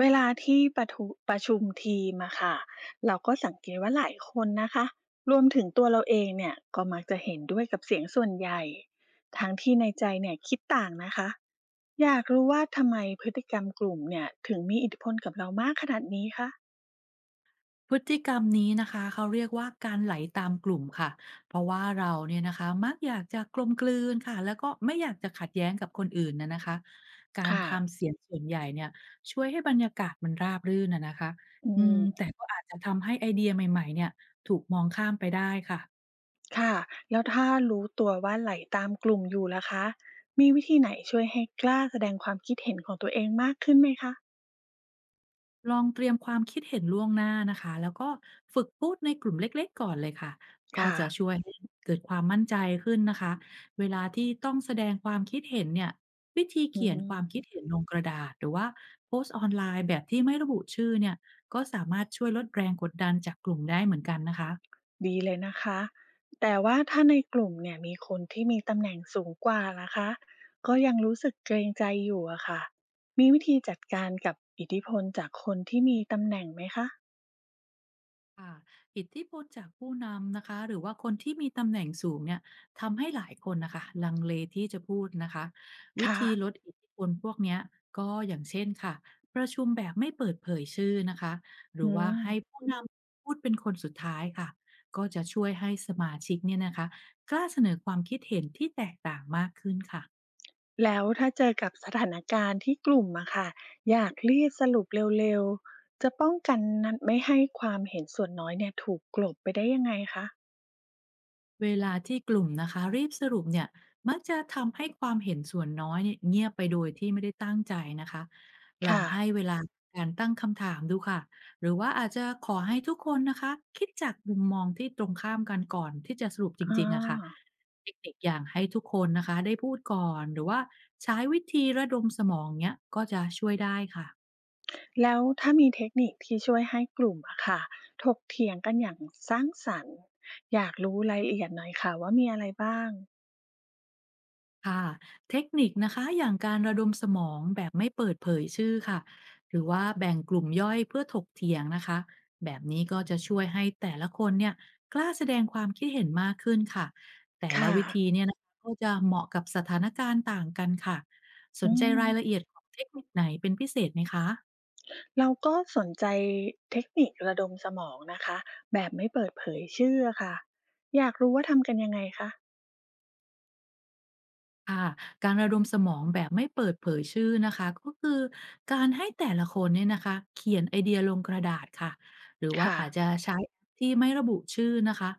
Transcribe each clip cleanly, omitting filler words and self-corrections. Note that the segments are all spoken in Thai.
เวลาที่ประชุมทีมอะค่ะเราก็สังเกตว่าหลายคนนะคะรวมถึงตัวเราเองเนี่ยก็มักจะเห็นด้วยกับเสียงส่วนใหญ่ทั้งที่ในใจเนี่ยคิดต่างนะคะอยากรู้ว่าทำไมพฤติกรรมกลุ่มเนี่ยถึงมีอิทธิพลกับเรามากขนาดนี้คะพฤติกรรมนี้นะคะเขาเรียกว่าการไหลตามกลุ่มค่ะเพราะว่าเราเนี่ยนะคะมักอยากจะกลมกลืนค่ะแล้วก็ไม่อยากจะขัดแย้งกับคนอื่นนะนะคะการค่ะทำเสียงส่วนใหญ่เนี่ยช่วยให้บรรยากาศมันราบรื่นนะนะคะอืมแต่ก็อาจจะทำให้ไอเดียใหม่ๆเนี่ยถูกมองข้ามไปได้ค่ะ ค่ะแล้วถ้ารู้ตัวว่าไหลตามกลุ่มอยู่ล่ะคะมีวิธีไหนช่วยให้กล้าแสดงความคิดเห็นของตัวเองมากขึ้นไหมคะลองเตรียมความคิดเห็นล่วงหน้านะคะแล้วก็ฝึกพูดในกลุ่มเล็กๆก่อนเลยค่ะก็ค่ะจะช่วยให้เกิดความมั่นใจขึ้นนะคะเวลาที่ต้องแสดงความคิดเห็นเนี่ยวิธีอืเขียนความคิดม เห็นลงกระดาษหรือว่าโพสต์ออนไลน์แบบที่ไม่ระบุชื่อเนี่ยก็สามารถช่วยลดแรงกดดันจากกลุ่มได้เหมือนกันนะคะ ดีเลยนะคะ แต่ว่าถ้าในกลุ่มเนี่ยมีคนที่มีตำแหน่งสูงกว่าล่ะคะ ก็ยังรู้สึกเกรงใจอยู่อะค่ะ มีวิธีจัดการกับอิทธิพลจากคนที่มีตำแหน่งไหมคะ ค่ะอิทธิพลจากผู้นำนะคะหรือว่าคนที่มีตำแหน่งสูงเนี่ยทำให้หลายคนนะคะลังเลที่จะพูดนะคะวิค่ะ ธีลดอิทธิพลพวกเนี้ยก็อย่างเช่นค่ะประชุมแบบไม่เปิดเผยชื่อนะคะหรือือว่าให้ม ผู้นำพูดเป็นคนสุดท้ายค่ะก็จะช่วยให้สมาชิกเนี่ยนะคะกล้าเสนอความคิดเห็นที่แตกต่างมากขึ้นค่ะ แล้วถ้าเจอกับสถานการณ์ที่กลุ่มอะค่ะอยากรีบสรุปเร็วๆ จะป้องกันนั้นไม่ให้ความเห็นส่วนน้อยเนี่ยถูกกลบไปได้ยังไงคะเวลาที่กลุ่มนะคะรีบสรุปเนี่ยมักจะทำให้ความเห็นส่วนน้อยเนี่ยเงียบไปโดยที่ไม่ได้ตั้งใจนะคะลองค่ะให้เวลาการตั้งคำถามดูค่ะหรือว่าอาจจะขอให้ทุกคนนะคะคิดจากมุมมองที่ตรงข้ามกันก่อนที่จะสรุปจอา ริงๆอะค่ะเทคนิคอย่างให้ทุกคนนะคะได้พูดก่อนหรือว่าใช้วิธีระดมสมองเนี้ยก็จะช่วยได้ค่ะ แล้วถ้ามีเทคนิคที่ช่วยให้กลุ่มอะค่ะถกเถียงกันอย่างสร้างสรรค์อยากรู้รายละเอียดหน่อยค่ะว่ามีอะไรบ้างค่ะเทคนิคนะคะอย่างการระดมสมองแบบไม่เปิดเผยชื่อค่ะหรือว่าแบ่งกลุ่มย่อยเพื่อถกเถียงนะคะแบบนี้ก็จะช่วยให้แต่ละคนเนี่ยกล้าแสดงความคิดเห็นมากขึ้นค่ะแต่ละค่ะวิธีเนี่ยนะคะก็จะเหมาะกับสถานการณ์ต่างกันค่ะสอืนใจรายละเอีมยดของเทคนิคไหนเป็นพิเศษไหมคะ เราก็สนใจเทคนิคระดมสมองนะคะแบบไม่เปิดเผยชื่อค่ะอยากรู้ว่าทำกันยังไงคะค่ะการระดมสมองแบบไม่เปิดเผยชื่อนะคะก็คือการให้แต่ละคนเนี่ยนะคะเขียนไอเดียลงกระดาษค่ะหรือว่าค่ะอาจจะใช้ที่ไม่ระบุชื่อนะคะ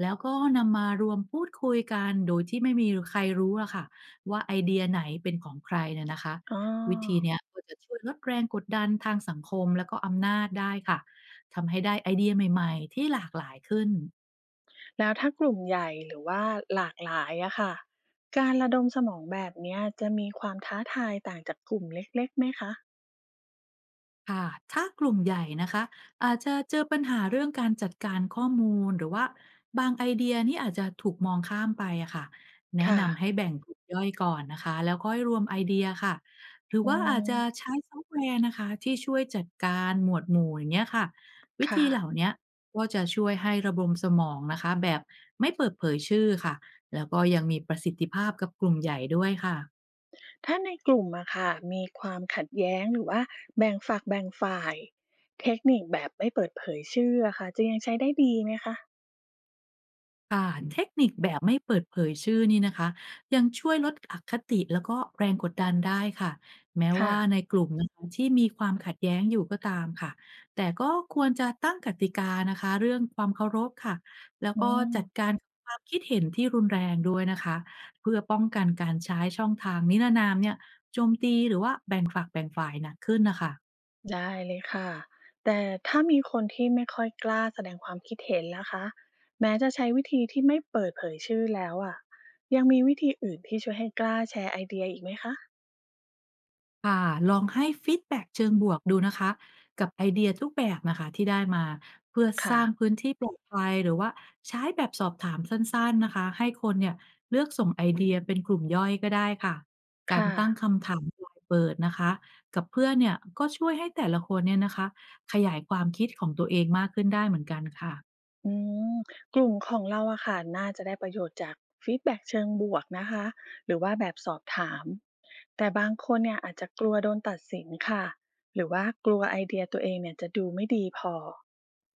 แล้วก็นำมารวมพูดคุยกันโดยที่ไม่มีใครรู้อะค่ะว่าไอเดียไหนเป็นของใครเนี่ยนะคะอ๋วิธีอเนี้ยก็จะช่วยลดแรงกดดันทางสังคมแล้วก็อำนาจได้ค่ะทำให้ได้ไอเดียใหม่ๆที่หลากหลายขึ้น แล้วถ้ากลุ่มใหญ่หรือว่าหลากหลายอะค่ะการระดมสมองแบบเนี้ยจะมีความท้าทายต่างจากกลุ่มเล็กๆไหมคะค่ะถ้ากลุ่มใหญ่นะคะอาจจะเจอปัญหาเรื่องการจัดการข้อมูล หรือว่าบางไอเดียนี่อาจจะถูกมองข้ามไปอะค่ะแนะค่ะนำให้แบ่งกลุ่มย่อยก่อนนะคะแล้วค่อยรวมไอเดียค่ะหรืออืว่าอาจมจะใช้ซอฟต์แวร์นะคะที่ช่วยจัดการหมวดหมู่อย่างเงี้ยค่ะวิค่ะ ธีเหล่าเนี้ยก็จะช่วยให้ระบบสมองนะคะแบบไม่เปิดเผยชื่อค่ะแล้วก็ยังมีประสิทธิภาพกับกลุ่มใหญ่ด้วยค่ะ ถ้าในกลุ่มอะค่ะมีความขัดแย้งหรือว่าแบ่งฝักแบ่งฝ่ายเทคนิคแบบไม่เปิดเผยชื่ออะค่ะจะยังใช้ได้ดีไหมคะค่ะเทคนิคแบบไม่เปิดเผยชื่อนี่นะคะยังช่วยลดอคติแล้วก็แรงกดดันได้ค่ะแม้ค่ะว่าในกลุ่มนะคะที่มีความขัดแย้งอยู่ก็ตามค่ะแต่ก็ควรจะตั้งกติกานะคะเรื่องความเคารพค่ะแล้วอืก็มจัดการความคิดเห็นที่รุนแรงด้วยนะคะเพื่อป้องกันการใช้ช่องทางนิรนามเนี่ยโจมตีหรือว่าแบ่งฝักแบ่งฝ่ายหนักขึ้นนะคะ ได้เลยค่ะแต่ถ้ามีคนที่ไม่ค่อยกล้าแสดงความคิดเห็นล่ะคะแม้จะใช้วิธีที่ไม่เปิดเผยชื่อแล้วอะยังมีวิธีอื่นที่ช่วยให้กล้าแชร์ไอเดียอีกไหมคะค่ะลองให้ฟีดแบ็กเชิงบวกดูนะคะกับไอเดียทุกแบบนะคะที่ได้มาเพื่อสค่ะร้างพื้นที่ปลอดภัยหรือว่าใช้แบบสอบถามสั้นๆนะคะให้คนเนี่ยเลือกส่งไอเดียเป็นกลุ่มย่อยก็ได้ค่ะการค่ะ ตั้งคำถามปลายเปิดนะคะกับเพื่อนเนี่ยก็ช่วยให้แต่ละคนเนี่ยนะคะขยายความคิดของตัวเองมากขึ้นได้เหมือนกันค่ะ อืมกลุ่มของเราอะค่ะน่าจะได้ประโยชน์จากฟีดแบ็กเชิงบวกนะคะหรือว่าแบบสอบถามแต่บางคนเนี่ยอาจจะกลัวโดนตัดสินค่ะหรือว่ากลัวไอเดียตัวเองเนี่ยจะดูไม่ดีพอ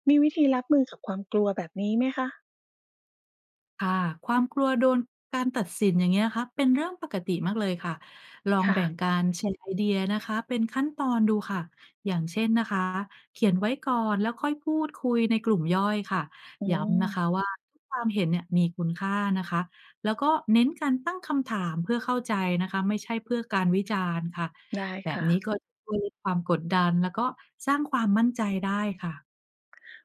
มีวิธีรับมือกับความกลัวแบบนี้ไหมคะค่ะความกลัวโดนการตัดสินอย่างเงี้ยครับเป็นเรื่องปกติมากเลยค่ะลองค่ะแบ่งการแชร์ไอเดียนะคะเป็นขั้นตอนดูค่ะอย่างเช่นนะคะเขียนไว้ก่อนแล้วค่อยพูดคุยในกลุ่มย่อยค่ะอืมย้ำนะคะว่าทุกความเห็นเนี่ยมีคุณค่านะคะแล้วก็เน้นการตั้งคำถามเพื่อเข้าใจนะคะไม่ใช่เพื่อการวิจารณ์ค่ะได้แบบค่ะนี้ก็จะช่วยลดความกดดันแล้วก็สร้างความมั่นใจได้ค่ะ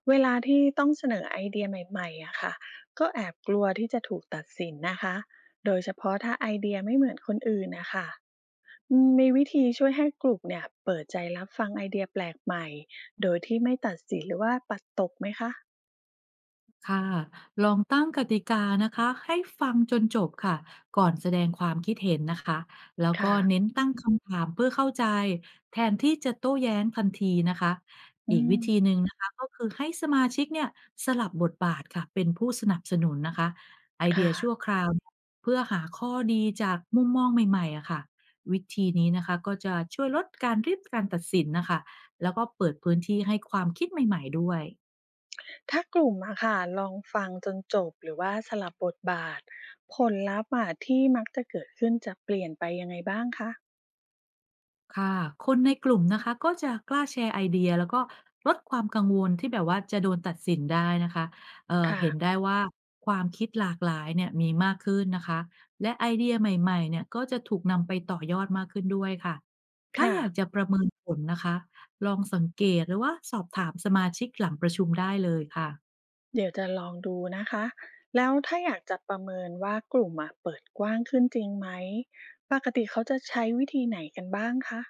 เวลาที่ต้องเสนอไอเดียใหม่ๆอะค่ะก็แอบกลัวที่จะถูกตัดสินนะคะโดยเฉพาะถ้าไอเดียไม่เหมือนคนอื่นนะคะ อืมมีวิธีช่วยให้กลุ่มเนี่ยเปิดใจรับฟังไอเดียแปลกใหม่โดยที่ไม่ตัดสินหรือว่าปัดตกไหมคะค่ะ ลองตั้งกติกานะคะ ให้ฟังจนจบค่ะ ก่อนแสดงความคิดเห็นนะคะ แล้วก็ค่ะเน้นตั้งคำถามเพื่อเข้าใจแทนที่จะโต้แย้งทันทีนะคะ อือีกวิมธีหนึ่งนะคะก็คือให้สมาชิกเนี่ยสลับบทบาทค่ะเป็นผู้สนับสนุนนะคะไอเดียค่ะชั่วคราวเนี่ยเพื่อหาข้อดีจากมุมมองใหม่ๆอะค่ะวิธีนี้นะคะก็จะช่วยลดการรีบการตัดสินนะคะแล้วก็เปิดพื้นที่ให้ความคิดใหม่ๆด้วย ถ้ากลุ่มอะค่ะลองฟังจนจบหรือว่าสลับบทบาทผลลัพธ์อะที่มักจะเกิดขึ้นจะเปลี่ยนไปยังไงบ้างคะค่ะ คนในกลุ่มนะคะก็จะกล้าแชร์ไอเดียแล้วก็ลดความกังวลที่แบบว่าจะโดนตัดสินได้นะคะค่ะเห็นได้ว่าความคิดหลากหลายเนี่ยมีมากขึ้นนะคะ และไอเดียใหม่ๆเนี่ยก็จะถูกนำไปต่อยอดมากขึ้นด้วยค่ะถ้าค่ะอยากจะประเมินผลนะคะ ลองสังเกตหรือว่าสอบถามสมาชิกหลังประชุมได้เลยค่ะ เดี๋ยวจะลองดูนะคะแล้วถ้าอยากจะประเมินว่ากลุ่มอะเปิดกว้างขึ้นจริงไหมปกติเขาจะใช้วิธีไหนกันบ้างคะ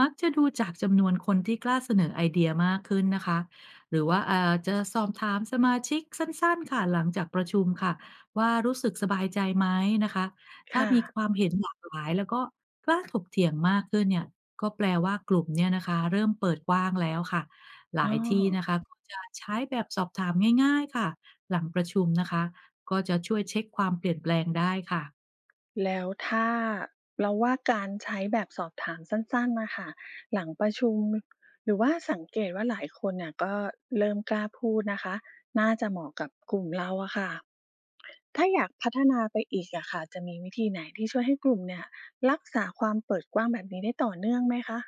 มักจะดูจากจำนวนคนที่กล้าเสนอไอเดียมากขึ้นนะคะหรือว่าอาจจะสอบถามสมาชิกสั้นๆค่ะหลังจากประชุมค่ะว่ารู้สึกสบายใจไหมนะคะถ้าค่ะมีความเห็นหลากหลายแล้วก็กล้าถกเถียงมากขึ้นเนี่ยก็แปลว่ากลุ่มเนี่ยนะคะเริ่มเปิดกว้างแล้วค่ะหอ๋อ ลายที่นะคะก็จะใช้แบบสอบถามง่ายๆค่ะหลังประชุมนะคะก็จะช่วยเช็คความเปลี่ยนแปลงได้ค่ะ แล้วถ้าเราว่าการใช้แบบสอบถามสั้นๆน่ะค่ะหลังประชุมหรือว่าสังเกตว่าหลายคนเนี่ยก็เริ่มกล้าพูดนะคะน่าจะเหมาะกับกลุ่มเราอะค่ะถ้าอยากพัฒนาไปอีกอะค่ะจะมีวิธีไหนที่ช่วยให้กลุ่มเนี่ยรักษาความเปิดกว้างแบบนี้ได้ต่อเนื่องไหมคะ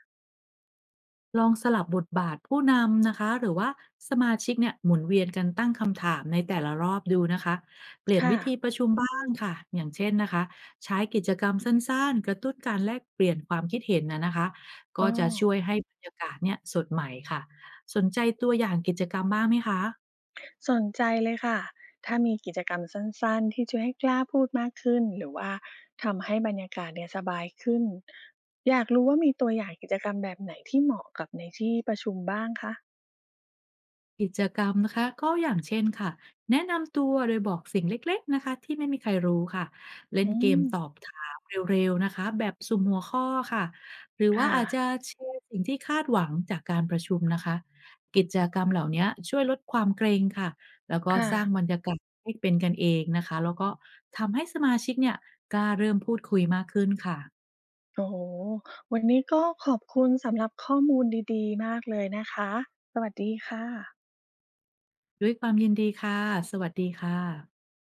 ลองสลับบทบาทผู้นำนะคะหรือว่าสมาชิกเนี่ยหมุนเวียนกันตั้งคำถามในแต่ละรอบดูนะคะเปลี่ยนค่ะวิธีประชุมบ้างค่ะอย่างเช่นนะคะใช้กิจกรรมสั้นๆกระตุ้นการแลกเปลี่ยนความคิดเห็นนะคะก็อ้อ จะช่วยให้บรรยากาศเนี่ยสดใหม่ค่ะสนใจตัวอย่างกิจกรรมบ้างไหมคะ สนใจเลยค่ะ ถ้ามีกิจกรรมสั้นๆ ที่ช่วยให้กล้าพูดมากขึ้น หรือว่าทำให้บรรยากาศเนี่ยสบายขึ้น อยากรู้ว่ามีตัวอย่างกิจกรรมแบบไหนที่เหมาะกับในที่ประชุมบ้างคะกิจกรรมนะคะก็อย่างเช่นค่ะแนะนำตัวโดยบอกสิ่งเล็กๆนะคะที่ไม่มีใครรู้ค่ะเล่นอืเกมม ตอบถามเร็วๆนะคะแบบสุ่มหัวข้อค่ะหรือว่าค่ะ อาจจะแชร์สิ่งที่คาดหวังจากการประชุมนะคะกิจกรรมเหล่านี้ช่วยลดความเกรงค่ะแล้วก็ค่ะ สร้างบรรยากาศให้เป็นกันเองนะคะแล้วก็ทำให้สมาชิกเนี่ยกล้าเริ่มพูดคุยมากขึ้นค่ะโอ้โฮวันนี้ก็ขอบคุณสำหรับข้อมูลดีๆ มากเลยนะคะ สวัสดีค่ะด้วยความยินดีค่ะสวัสดีค่ะ